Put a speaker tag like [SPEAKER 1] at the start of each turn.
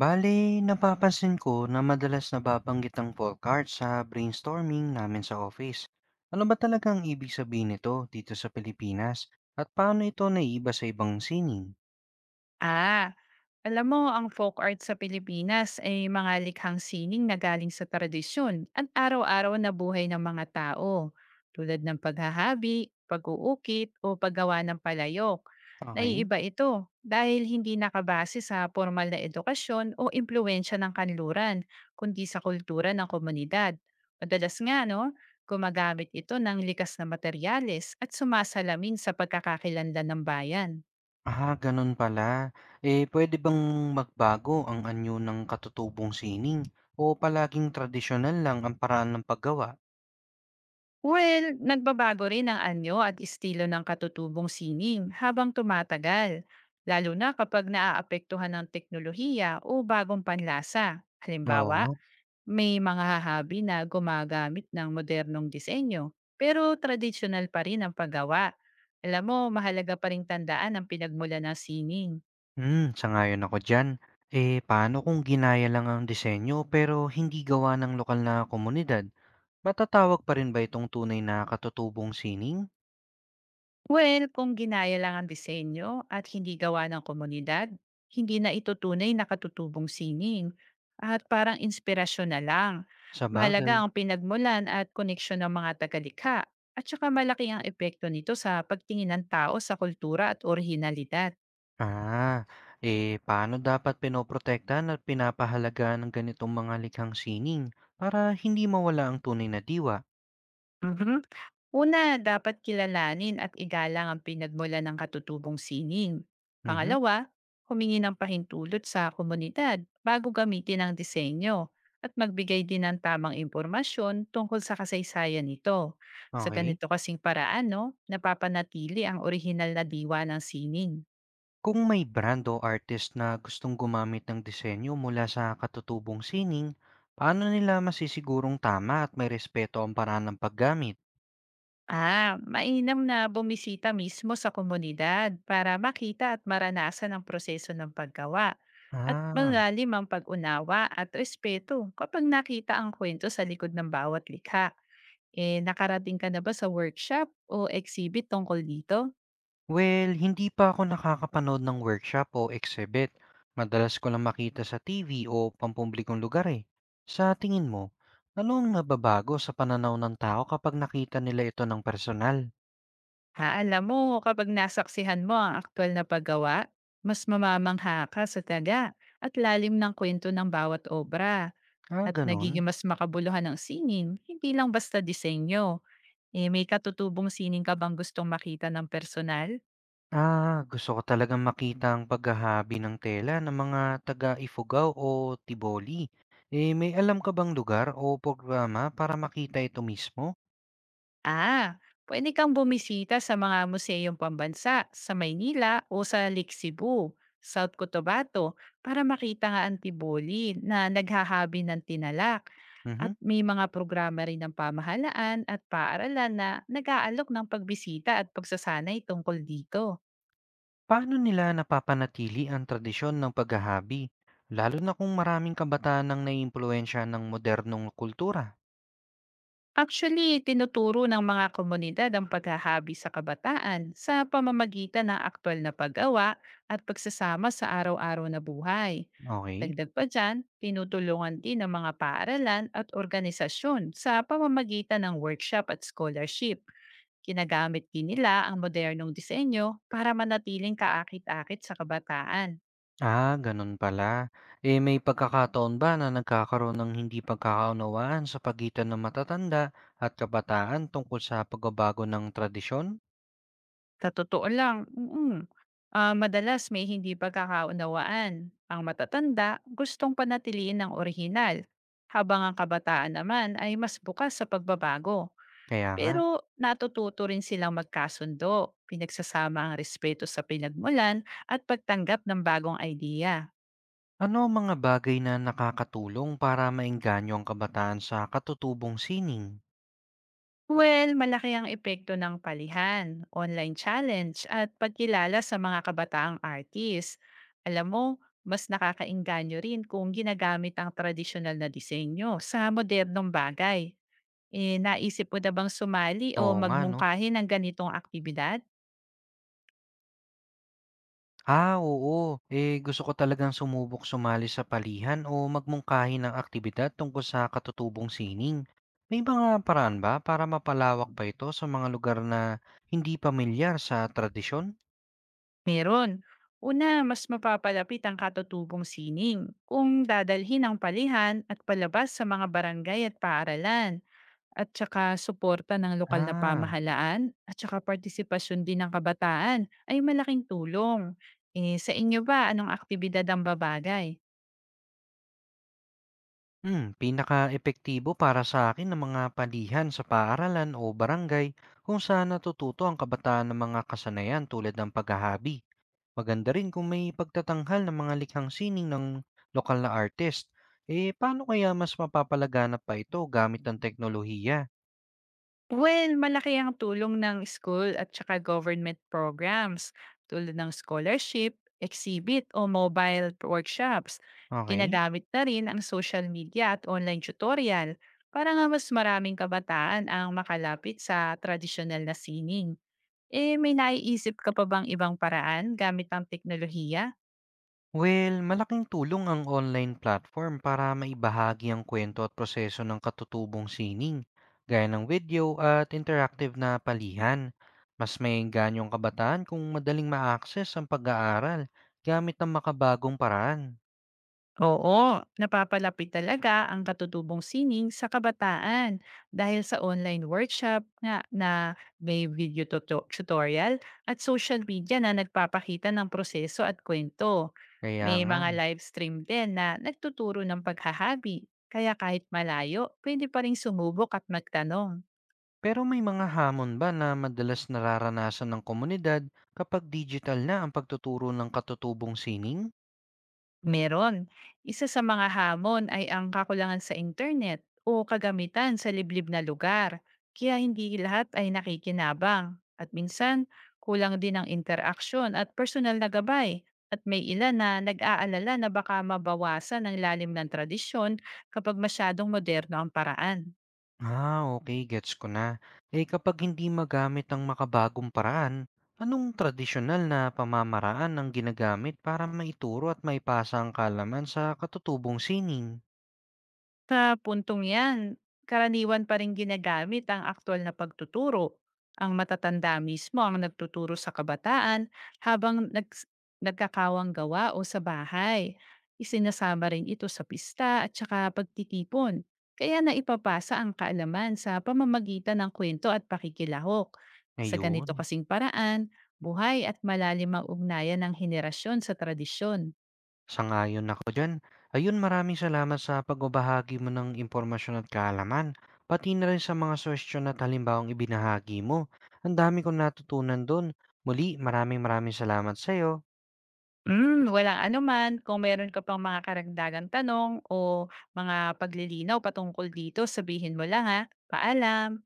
[SPEAKER 1] Bale, napapansin ko na madalas nababanggit ang folk art sa brainstorming namin sa office. Ano ba talaga ang ibig sabihin nito dito sa Pilipinas? At paano ito naiiba sa ibang sining?
[SPEAKER 2] Ah, alam mo, ang folk art sa Pilipinas ay mga likhang sining na galing sa tradisyon at araw-araw na buhay ng mga tao, tulad ng paghahabi, pag-uukit, o paggawa ng palayok.
[SPEAKER 1] Okay.
[SPEAKER 2] Naiiba ito dahil hindi nakabase sa formal na edukasyon o impluensya ng kanluran, kundi sa kultura ng komunidad. Madalas nga, no, gumagamit ito ng likas na materyales at sumasalamin sa pagkakakilanlan ng bayan.
[SPEAKER 1] Ah, ganun pala. Eh, pwede bang magbago ang anyo ng katutubong sining? O palaging tradisyonal lang ang paraan ng paggawa?
[SPEAKER 2] Well, nagbabago rin ang anyo at estilo ng katutubong sining habang tumatagal, lalo na kapag naaapektuhan ng teknolohiya o bagong panlasa.
[SPEAKER 1] Oo
[SPEAKER 2] Halimbawa,
[SPEAKER 1] nga.
[SPEAKER 2] may mga hahabi na gumagamit ng modernong disenyo, pero tradisyonal pa rin ang paggawa. Alam mo, mahalaga pa rin tandaan ang pinagmula ng sining.
[SPEAKER 1] Sangayon ako dyan. Eh, paano kung ginaya lang ang disenyo pero hindi gawa ng lokal na komunidad? Matatawag pa rin ba itong tunay na katutubong sining?
[SPEAKER 2] Well, kung ginaya lang ang disenyo at hindi gawa ng komunidad, hindi na ito tunay na katutubong sining at parang inspirasyon na lang.
[SPEAKER 1] Sabagay.
[SPEAKER 2] Mahalaga ang pinagmulan at koneksyon ng mga tagalikha at saka malaki ang epekto nito sa pagtingin ng tao sa kultura at orihinalidad.
[SPEAKER 1] Ah, eh, paano dapat pinoprotektahan at pinapahalagaan ng ganitong mga likhang sining para hindi mawala ang tunay na diwa?
[SPEAKER 2] Mhm. Una, dapat kilalanin at igalang ang pinagmulan ng katutubong sining.
[SPEAKER 1] Mhm,
[SPEAKER 2] Pangalawa, humingi ng pahintulot sa komunidad bago gamitin ang disenyo at magbigay din ng tamang impormasyon tungkol sa kasaysayan nito. Sa
[SPEAKER 1] okay.
[SPEAKER 2] ganito kasing paraan, no, napapanatili ang orihinal na diwa ng sining.
[SPEAKER 1] Kung may brand o artist na gustong gumamit ng disenyo mula sa katutubong sining, paano nila masisigurong tama at may respeto ang paraan ng paggamit?
[SPEAKER 2] Mainam na bumisita mismo sa komunidad para makita at maranasan ang proseso ng paggawa at
[SPEAKER 1] Ah.
[SPEAKER 2] malalim ang pag-unawa at respeto kapag nakita ang kwento sa likod ng bawat likha. Eh, nakarating ka na ba sa workshop o exhibit tungkol dito?
[SPEAKER 1] Well, hindi pa ako nakakapanood ng workshop o exhibit. Madalas ko lang makita sa TV o pampublikong lugar eh. Sa tingin mo, ano ang nababago sa pananaw ng tao kapag nakita nila ito ng personal?
[SPEAKER 2] Ha, alam mo, kapag nasaksihan mo ang aktual na paggawa, mas mamamangha ka sa taga at lalim ng kwento ng bawat obra
[SPEAKER 1] Ah,
[SPEAKER 2] at
[SPEAKER 1] ganun.
[SPEAKER 2] nagiging mas makabuluhan ang singing, hindi lang basta disenyo. Eh, may katutubong sining ka bang gustong makita ng personal?
[SPEAKER 1] Ah, gusto ko talagang makita ang paghahabi ng tela ng mga taga Ifugao o Tiboli. Eh, may alam ka bang lugar o programa para makita ito mismo?
[SPEAKER 2] Ah, pwede kang bumisita sa mga museyong pambansa sa Maynila o sa Lake Cebu, South Cotabato para makita nga ang tiboli na naghahabi ng tinalak. At
[SPEAKER 1] Mhm.
[SPEAKER 2] may mga programa rin ng pamahalaan at paaralan na nag-aalok ng pagbisita at pagsasanay tungkol dito.
[SPEAKER 1] Paano nila napapanatili ang tradisyon ng paghahabi, lalo na kung maraming kabataan ang naiimpluwensya ng modernong kultura?
[SPEAKER 2] Actually, tinuturo ng mga komunidad ang paghahabi sa kabataan sa pamamagitan ng aktual na paggawa at pagsasama sa araw-araw na buhay.
[SPEAKER 1] Okay?
[SPEAKER 2] Dagdag pa dyan, tinutulungan din ng mga paaralan at organisasyon sa pamamagitan ng workshop at scholarship. Kinagamit din nila ang modernong disenyo para manatiling kaakit-akit sa kabataan.
[SPEAKER 1] Ah, gano'n pala. Eh, may pagkakataon ba na nagkakaroon ng hindi pagkakaunawaan sa pagitan ng matatanda at kabataan tungkol sa pagbabago ng tradisyon?
[SPEAKER 2] Sa totoo lang, mm. Madalas may hindi pagkakaunawaan. Ang matatanda gustong panatiliin ng orihinal, habang ang kabataan naman ay mas bukas sa pagbabago.
[SPEAKER 1] Kaya nga.
[SPEAKER 2] Pero natututo rin silang magkasundo, pinagsasama ang respeto sa pinagmulan at pagtanggap ng bagong idea.
[SPEAKER 1] Ano ang mga bagay na nakakatulong para maengganyo ang kabataan sa katutubong sining?
[SPEAKER 2] Well, malaki ang epekto ng palihan, online challenge at pagkilala sa mga kabataang artist. Alam mo, mas nakakainganyo rin kung ginagamit ang tradisyonal na disenyo sa modernong bagay. Eh, naisip mo na bang sumali o
[SPEAKER 1] Oo nga 'no.
[SPEAKER 2] magmungkahi ng ganitong aktibidad?
[SPEAKER 1] Ah, oo. Eh, gusto ko talagang sumubok sumali sa palihan o magmungkahi ng aktibidad tungkol sa katutubong sining. May mga paraan ba para mapalawak pa ito sa mga lugar na hindi pamilyar sa tradisyon?
[SPEAKER 2] Meron. Una, mas mapapalapit ang katutubong sining kung dadalhin ang palihan at palabas sa mga barangay at paaralan, at saka suporta ng lokal na
[SPEAKER 1] Ah,
[SPEAKER 2] pamahalaan at saka partisipasyon din ng kabataan ay malaking tulong. Eh, sa inyo ba, anong aktibidad ang babagay?
[SPEAKER 1] pinaka-epektibo para sa akin ng mga palihan sa paaralan o barangay kung saan natututo ang kabataan ng mga kasanayan tulad ng paghahabi. Maganda rin kung may pagtatanghal ng mga likhang sining ng lokal na artist. Eh, paano kaya mas mapapalaganap pa ito gamit ang teknolohiya?
[SPEAKER 2] Well, malaki ang tulong ng school at saka government programs tulad ng scholarship, exhibit o mobile workshops.
[SPEAKER 1] Okay.
[SPEAKER 2] Ginagamit na rin ang social media at online tutorial para nga mas maraming kabataan ang makalapit sa tradisyonal na sining. Eh, may naiisip ka pa bang ibang paraan gamit ang teknolohiya?
[SPEAKER 1] Well, malaking tulong ang online platform para maibahagi ang kwento at proseso ng katutubong sining, gaya ng video at interactive na palihan. Mas may ang kabataan kung madaling ma-access ang pag-aaral gamit ang makabagong paraan.
[SPEAKER 2] Oo, napapalapit talaga ang katutubong sining sa kabataan dahil sa online workshop na may video tutorial at social media na nagpapakita ng proseso at kwento.
[SPEAKER 1] Kaya
[SPEAKER 2] May
[SPEAKER 1] nga,
[SPEAKER 2] mga live stream din na nagtuturo ng paghahabi, kaya kahit malayo, pwede pa rin sumubok at magtanong.
[SPEAKER 1] pero may mga hamon ba na madalas nararanasan ng komunidad kapag digital na ang pagtuturo ng katutubong sining?
[SPEAKER 2] Meron. Isa sa mga hamon ay ang kakulangan sa internet o kagamitan sa liblib na lugar, kaya hindi lahat ay nakikinabang. At minsan, kulang din ang interaksyon at personal na gabay. At may ilan na nag-aalala na baka mabawasan ang lalim ng tradisyon kapag masyadong moderno ang paraan.
[SPEAKER 1] Ah, okay, gets ko na. Eh kapag hindi magamit ang makabagong paraan, anong tradisyonal na pamamaraan ang ginagamit para maituro at maipasa ang kalaman sa katutubong sining?
[SPEAKER 2] Sa puntong 'yan, karaniwan pa rin ginagamit ang aktwal na pagtuturo. Ang matatanda mismo ang nagtuturo sa kabataan habang nagkakawang gawa o sa bahay. Isinasama rin ito sa pista at saka pagtitipon. Kaya naipapasa ang kaalaman sa pamamagitan ng kwento at pakikilahok. Sa
[SPEAKER 1] Ngayon?
[SPEAKER 2] ganito kasing paraan, buhay at malalim ang ugnayan ng henerasyon sa tradisyon.
[SPEAKER 1] Sang-ayon ako diyan. Ayun, maraming salamat sa pagbabahagi mo ng impormasyon at kaalaman, pati na rin sa mga suwestiyon at halimbawang ibinahagi mo. Ang dami kong natutunan doon. Muli, maraming maraming salamat sa'yo.
[SPEAKER 2] Hmm, walang anuman. Kung meron ka pang mga karagdagang tanong o mga paglilinaw patungkol dito, sabihin mo lang ha. Paalam!